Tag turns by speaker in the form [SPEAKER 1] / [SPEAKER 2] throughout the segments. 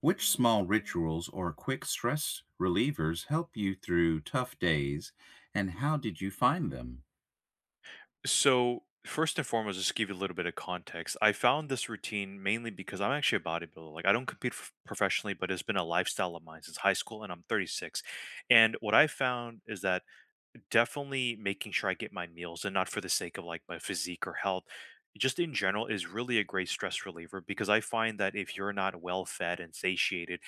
[SPEAKER 1] Which small rituals or quick stress relievers help you through tough days, and how did you find them?
[SPEAKER 2] So, first and foremost, just to give you a little bit of context, I found this routine mainly because I'm actually a bodybuilder. Like, I don't compete professionally, but it's been a lifestyle of mine since high school, and I'm 36. And what I found is that definitely making sure I get my meals and not for the sake of like my physique or health, just in general is really a great stress reliever because I find that if you're not well fed and satiated,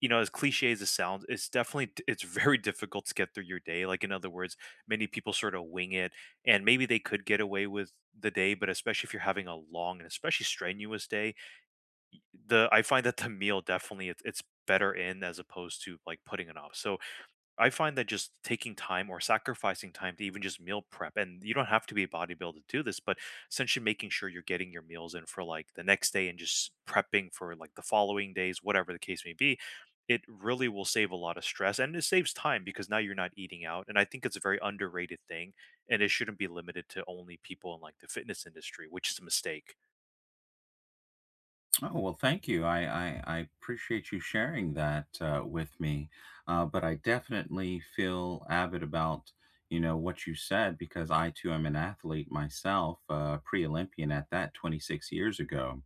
[SPEAKER 2] you know, as cliche as it sounds, it's very difficult to get through your day. Like in other words, many people sort of wing it and maybe they could get away with the day, but especially if you're having a long and especially strenuous day, the I find that the meal definitely it's better in as opposed to like putting it off. So I find that just taking time or sacrificing time to even just meal prep, and you don't have to be a bodybuilder to do this, but essentially making sure you're getting your meals in for like the next day and just prepping for like the following days, whatever the case may be, it really will save a lot of stress and it saves time because now you're not eating out. And I think it's a very underrated thing and it shouldn't be limited to only people in like the fitness industry, which is a mistake.
[SPEAKER 1] Oh, well, thank you. I appreciate you sharing that with me. But I definitely feel avid about, you know, what you said because I too am an athlete myself, pre-Olympian at that 26 years ago.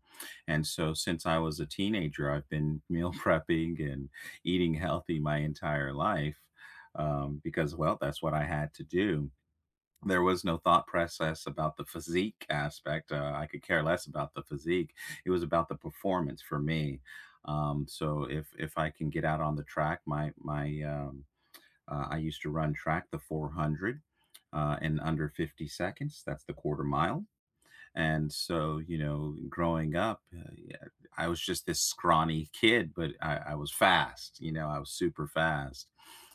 [SPEAKER 1] And so since I was a teenager, I've been meal prepping and eating healthy my entire life because, well, that's what I had to do. There was no thought process about the physique aspect. I could care less about the physique, it was about the performance for me. So if I can get out on the track, I used to run track, the 400, in under 50 seconds. That's the quarter mile. And so, you know, growing up, yeah, I was just this scrawny kid, but I was fast. You know, I was super fast.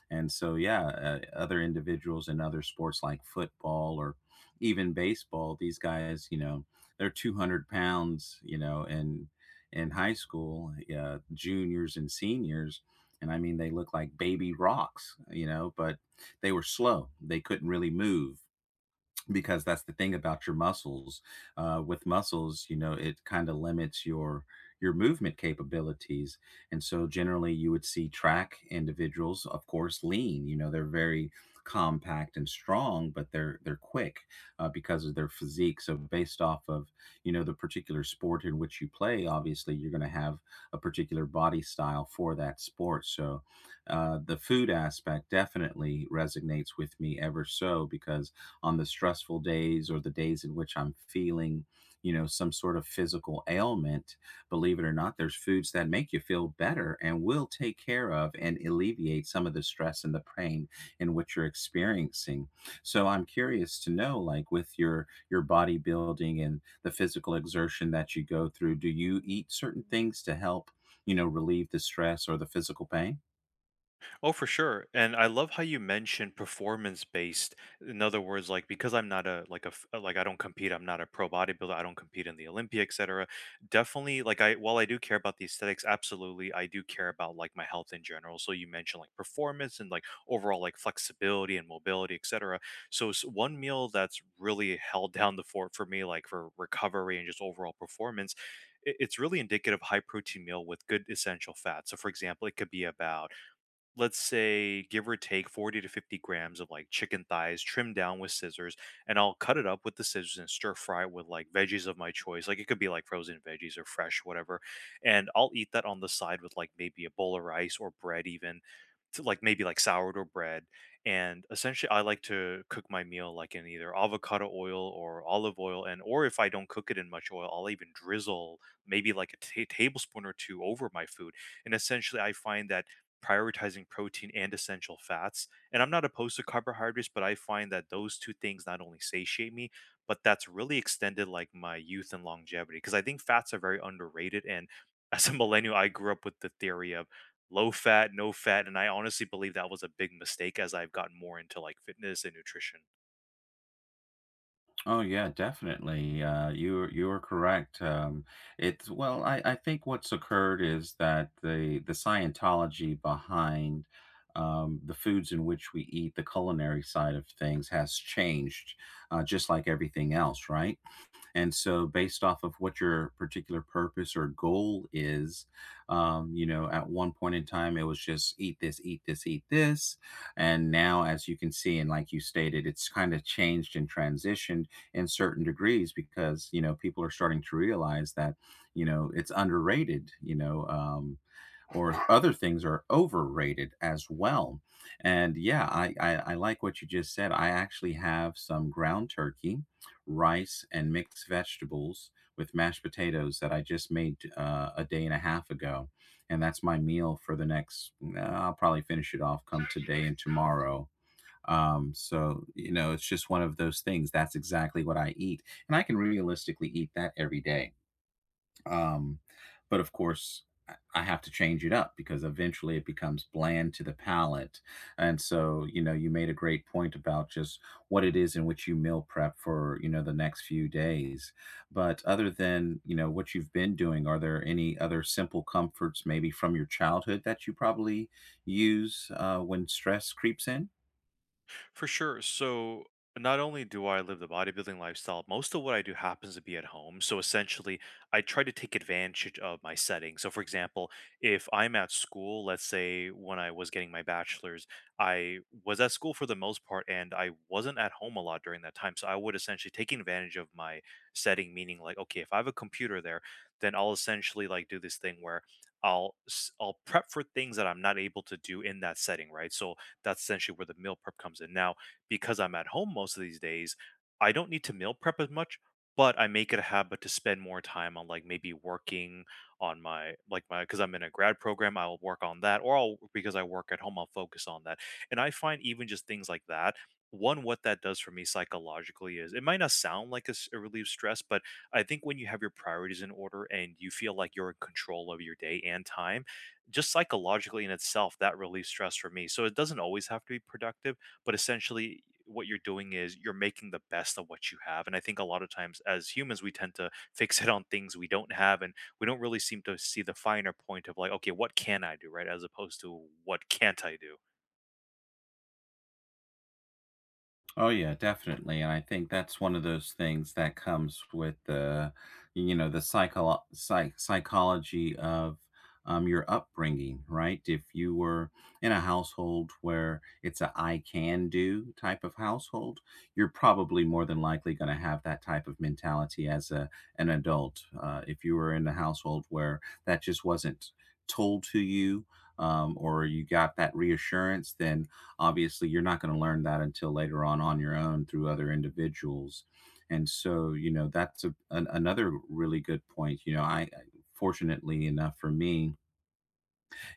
[SPEAKER 1] And so, yeah, other individuals in other sports like football or even baseball, these guys, you know, they're 200 pounds, you know, in high school, juniors and seniors. And I mean, they look like baby rocks, you know, but they were slow. They couldn't really move because that's the thing about your muscles. With muscles, you know, it kind of limits your movement capabilities, and so generally, you would see track individuals, of course, lean. You know, they're very compact and strong, but they're quick because of their physique. So based off of, you know, the particular sport in which you play, obviously, you're going to have a particular body style for that sport. So the food aspect definitely resonates with me ever so because on the stressful days or the days in which I'm feeling, you know, some sort of physical ailment, believe it or not, there's foods that make you feel better and will take care of and alleviate some of the stress and the pain in which you're experiencing. So I'm curious to know, like with your bodybuilding and the physical exertion that you go through, do you eat certain things to help, you know, relieve the stress or the physical pain?
[SPEAKER 2] Oh, for sure. And I love how you mentioned performance based. In other words, like because I'm not a like, I don't compete, I'm not a pro bodybuilder, I don't compete in the Olympics, etc. Definitely like I while I do care about the aesthetics, absolutely, I do care about like my health in general. So you mentioned like performance and like overall like flexibility and mobility, etc. So one meal that's really held down the fort for me like for recovery and just overall performance, it's really indicative of high protein meal with good essential fat. So for example, it could be about let's say give or take 40 to 50 grams of like chicken thighs trimmed down with scissors, and I'll cut it up with the scissors and stir fry it with like veggies of my choice. Like it could be like frozen veggies or fresh, whatever, and I'll eat that on the side with like maybe a bowl of rice or bread even, to like maybe like sourdough bread. And essentially I like to cook my meal like in either avocado oil or olive oil, and or if I don't cook it in much oil, I'll even drizzle maybe like a ta tablespoon or two over my food. And essentially I find that prioritizing protein and essential fats. And I'm not opposed to carbohydrates, but I find that those two things not only satiate me, but that's really extended like my youth and longevity. Because I think fats are very underrated. And as a millennial, I grew up with the theory of low fat, no fat. And I honestly believe that was a big mistake as I've gotten more into like fitness and nutrition.
[SPEAKER 1] Oh yeah, definitely. You are correct. It's well, I think what's occurred is that the Scientology behind the foods in which we eat, the culinary side of things, has changed, just like everything else, right? And so, based off of what your particular purpose or goal is, you know, at one point in time, it was just eat this, eat this, eat this. And now, as you can see, and like you stated, it's kind of changed and transitioned in certain degrees because, you know, people are starting to realize that, you know, it's underrated, you know. Or other things are overrated as well. And yeah, I like what you just said. I actually have some ground turkey, rice, and mixed vegetables with mashed potatoes that I just made a day and a half ago. And that's my meal for the next, I'll probably finish it off come today and tomorrow. So, you know, it's just one of those things. That's exactly what I eat. And I can realistically eat that every day. Um, but of course, I have to change it up because eventually it becomes bland to the palate. And so, you know, you made a great point about just what it is in which you meal prep for, you know, the next few days. But other than, you know, what you've been doing, are there any other simple comforts maybe from your childhood that you probably use when stress creeps in?
[SPEAKER 2] For sure. So not only do I live the bodybuilding lifestyle, most of what I do happens to be at home. So essentially, I try to take advantage of my setting. So for example, if I'm at school, let's say when I was getting my bachelor's, I was at school for the most part and I wasn't at home a lot during that time. So I would essentially take advantage of my setting, meaning like, okay, if I have a computer there, then I'll essentially like do this thing where I'll prep for things that I'm not able to do in that setting, right? So that's essentially where the meal prep comes in. Now, because I'm at home most of these days, I don't need to meal prep as much, but I make it a habit to spend more time on like maybe working on my like my because I'm in a grad program, I'll work on that, or I'll because I work at home, I'll focus on that. And I find even just things like that. One, what that does for me psychologically is it might not sound like it relieves stress, but I think when you have your priorities in order and you feel like you're in control of your day and time, just psychologically in itself, that relieves stress for me. So it doesn't always have to be productive, but essentially, what you're doing is you're making the best of what you have. And I think a lot of times as humans, we tend to fixate on things we don't have, and we don't really seem to see the finer point of like, okay, what can I do, right? As opposed to what can't I do?
[SPEAKER 1] Oh yeah, definitely, and I think that's one of those things that comes with the, you know, the psychology of, your upbringing, right? If you were in a household where it's a "I can do" type of household, you're probably more than likely gonna have that type of mentality as a an adult. If you were in a household where that just wasn't told to you, or you got that reassurance, then obviously you're not going to learn that until later on your own through other individuals. And so, you know, another really good point. You know, I fortunately enough for me,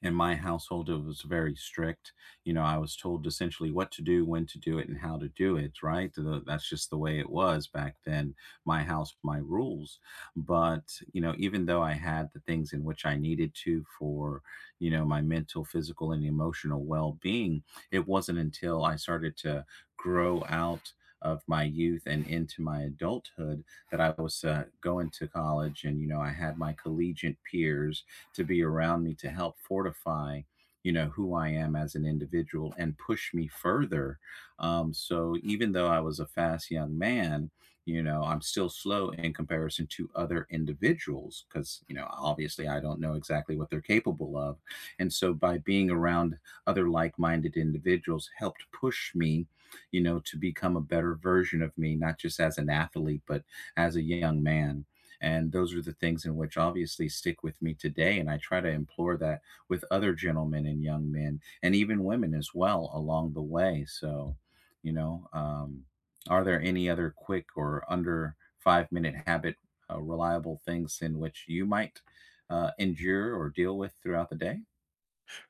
[SPEAKER 1] in my household, it was very strict. You know, I was told essentially what to do, when to do it, and how to do it, right? That's just the way it was back then. My house, my rules. But, you know, even though I had the things in which I needed to for, you know, my mental, physical, and emotional well being, it wasn't until I started to grow out of my youth and into my adulthood that I was going to college, and you know I had my collegiate peers to be around me to help fortify, you know, who I am as an individual and push me further. So even though I was a fast young man, you know, I'm still slow in comparison to other individuals because, you know, obviously I don't know exactly what they're capable of. And so by being around other like-minded individuals helped push me, you know, to become a better version of me, not just as an athlete but as a young man. And those are the things in which obviously stick with me today. And I try to implore that with other gentlemen and young men and even women as well along the way. So, you know, are there any other quick or under 5 minute habit reliable things in which you might endure or deal with throughout the day?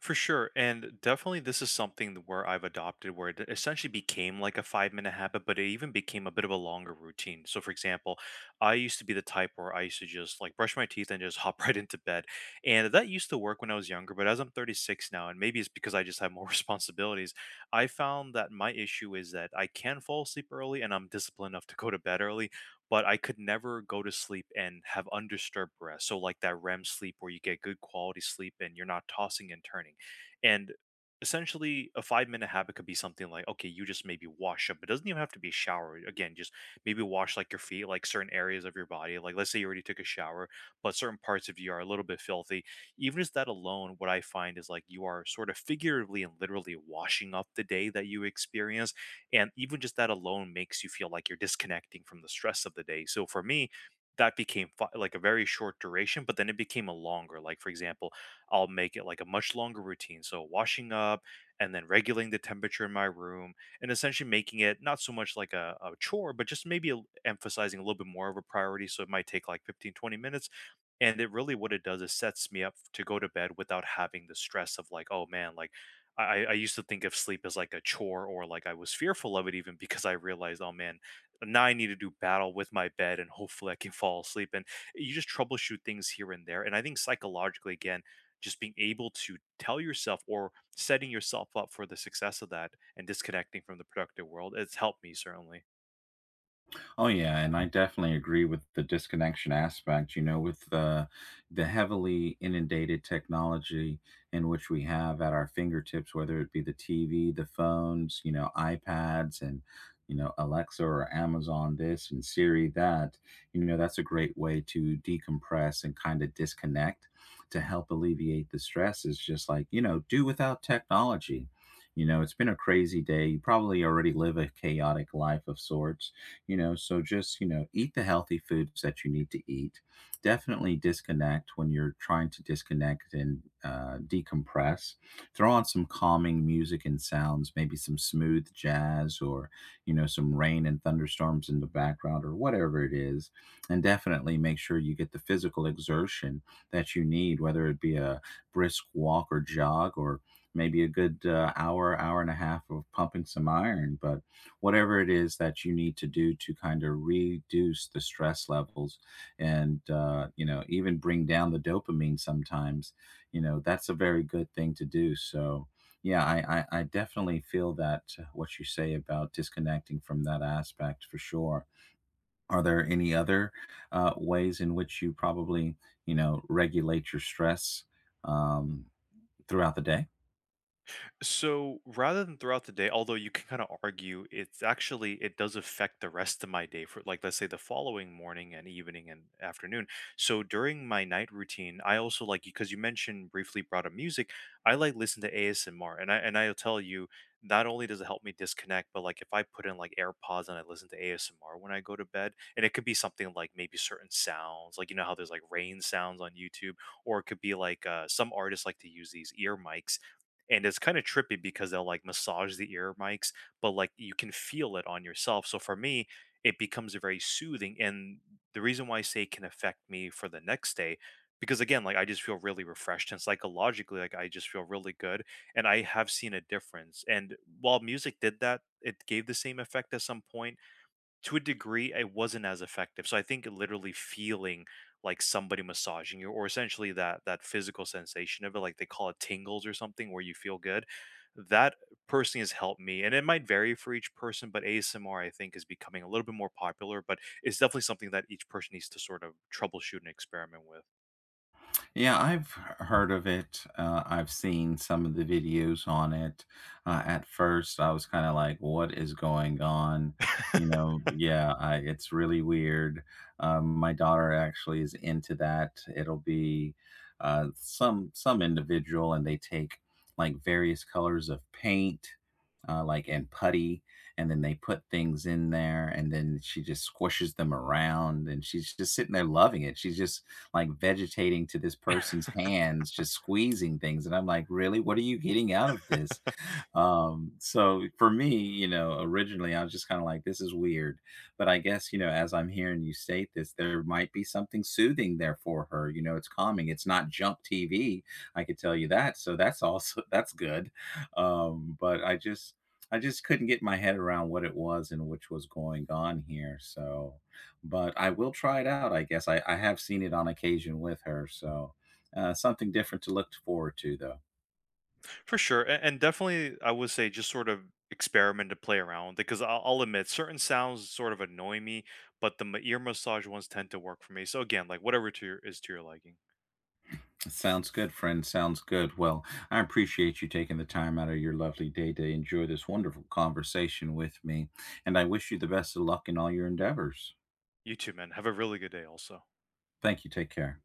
[SPEAKER 2] For sure. And definitely, this is something where I've adopted where it essentially became like a 5-minute habit, but it even became a bit of a longer routine. So, for example, I used to be the type where I used to just like brush my teeth and just hop right into bed. And that used to work when I was younger, but as I'm 36 now, and maybe it's because I just have more responsibilities, I found that my issue is that I can fall asleep early and I'm disciplined enough to go to bed early, but I could never go to sleep and have undisturbed rest. So like that REM sleep where you get good quality sleep and you're not tossing and turning. And essentially a 5-minute habit could be something like, okay, you just maybe wash up. It doesn't even have to be a shower. Again, just maybe wash like your feet, like certain areas of your body. Like let's say you already took a shower, but certain parts of you are a little bit filthy. Even just that alone, what I find is like you are sort of figuratively and literally washing up the day that you experience, and even just that alone makes you feel like you're disconnecting from the stress of the day. So for me, that became like a very short duration, but then it became a longer. Like, for example, I'll make it like a much longer routine. So, washing up and then regulating the temperature in my room and essentially making it not so much like a chore, but just maybe emphasizing a little bit more of a priority. So, it might take like 15, 20 minutes. And it really what it does is sets me up to go to bed without having the stress of like, oh man, like I used to think of sleep as like a chore or like I was fearful of it even because I realized, oh man, now I need to do battle with my bed and hopefully I can fall asleep. And you just troubleshoot things here and there. And I think psychologically, again, just being able to tell yourself or setting yourself up for the success of that and disconnecting from the productive world, it's helped me certainly.
[SPEAKER 1] Oh yeah, and I definitely agree with the disconnection aspect. You know, with the heavily inundated technology in which we have at our fingertips, whether it be the TV, the phones, you know, iPads, and you know, Alexa or Amazon this and Siri that. You know, that's a great way to decompress and kind of disconnect to help alleviate the stress. Is just like, you know, do without technology. You know, it's been a crazy day. You probably already live a chaotic life of sorts, you know, so just, you know, eat the healthy foods that you need to eat. Definitely disconnect when you're trying to disconnect and decompress. Throw on some calming music and sounds, maybe some smooth jazz or, you know, some rain and thunderstorms in the background or whatever it is. And definitely make sure you get the physical exertion that you need, whether it be a brisk walk or jog or maybe a good hour, hour and a half of pumping some iron. But whatever it is that you need to do to kind of reduce the stress levels and you know, even bring down the dopamine sometimes, you know, that's a very good thing to do. So yeah, I definitely feel that what you say about disconnecting from that aspect for sure. Are there any other ways in which you probably, you know, regulate your stress, um, throughout the day?
[SPEAKER 2] So rather than throughout the day, although you can kind of argue, it's actually it does affect the rest of my day for like let's say the following morning and evening and afternoon. So during my night routine, I also like because you mentioned briefly brought up music, I like listen to ASMR and I'll tell you not only does it help me disconnect, but like if I put in like AirPods and I listen to ASMR when I go to bed, and it could be something like maybe certain sounds, like you know how there's like rain sounds on YouTube, or it could be like some artists like to use these ear mics, and it's kind of trippy because they'll like massage the ear mics, but like you can feel it on yourself. So for me, it becomes very soothing. And the reason why I say it can affect me for the next day, because again, like I just feel really refreshed and psychologically, like I just feel really good. And I have seen a difference. And while music did that, it gave the same effect at some point to a degree, it wasn't as effective. So I think literally feeling like somebody massaging you, or essentially that physical sensation of it, like they call it tingles or something, where you feel good. That personally has helped me, and it might vary for each person. But ASMR, I think, is becoming a little bit more popular, but it's definitely something that each person needs to sort of troubleshoot and experiment with.
[SPEAKER 1] Yeah, I've heard of it. I've seen some of the videos on it. At first, I was kind of like, "What is going on?" You know, yeah, I, it's really weird. My daughter actually is into that. It'll be some individual, and they take like various colors of paint, like and putty, and then they put things in there, and then she just squishes them around, and she's just sitting there loving it. She's just like vegetating to this person's hands, just squeezing things. And I'm like, really? What are you getting out of this? So for me, you know, originally I was just kind of like, this is weird, but I guess, you know, as I'm hearing you state this, there might be something soothing there for her. You know, it's calming. It's not jump TV, I could tell you that. So that's also that's good. But I just, I just couldn't get my head around what it was and which was going on here. So but I will try it out, I guess. I have seen it on occasion with her, so something different to look forward to though.
[SPEAKER 2] For sure, and definitely, I would say just sort of experiment to play around with because I'll admit certain sounds sort of annoy me, but the ear massage ones tend to work for me. So again, like whatever to your, is to your liking.
[SPEAKER 1] Sounds good, friend. Sounds good. Well, I appreciate you taking the time out of your lovely day to enjoy this wonderful conversation with me. And I wish you the best of luck in all your endeavors.
[SPEAKER 2] You too, man. Have a really good day. Also.
[SPEAKER 1] Thank you. Take care.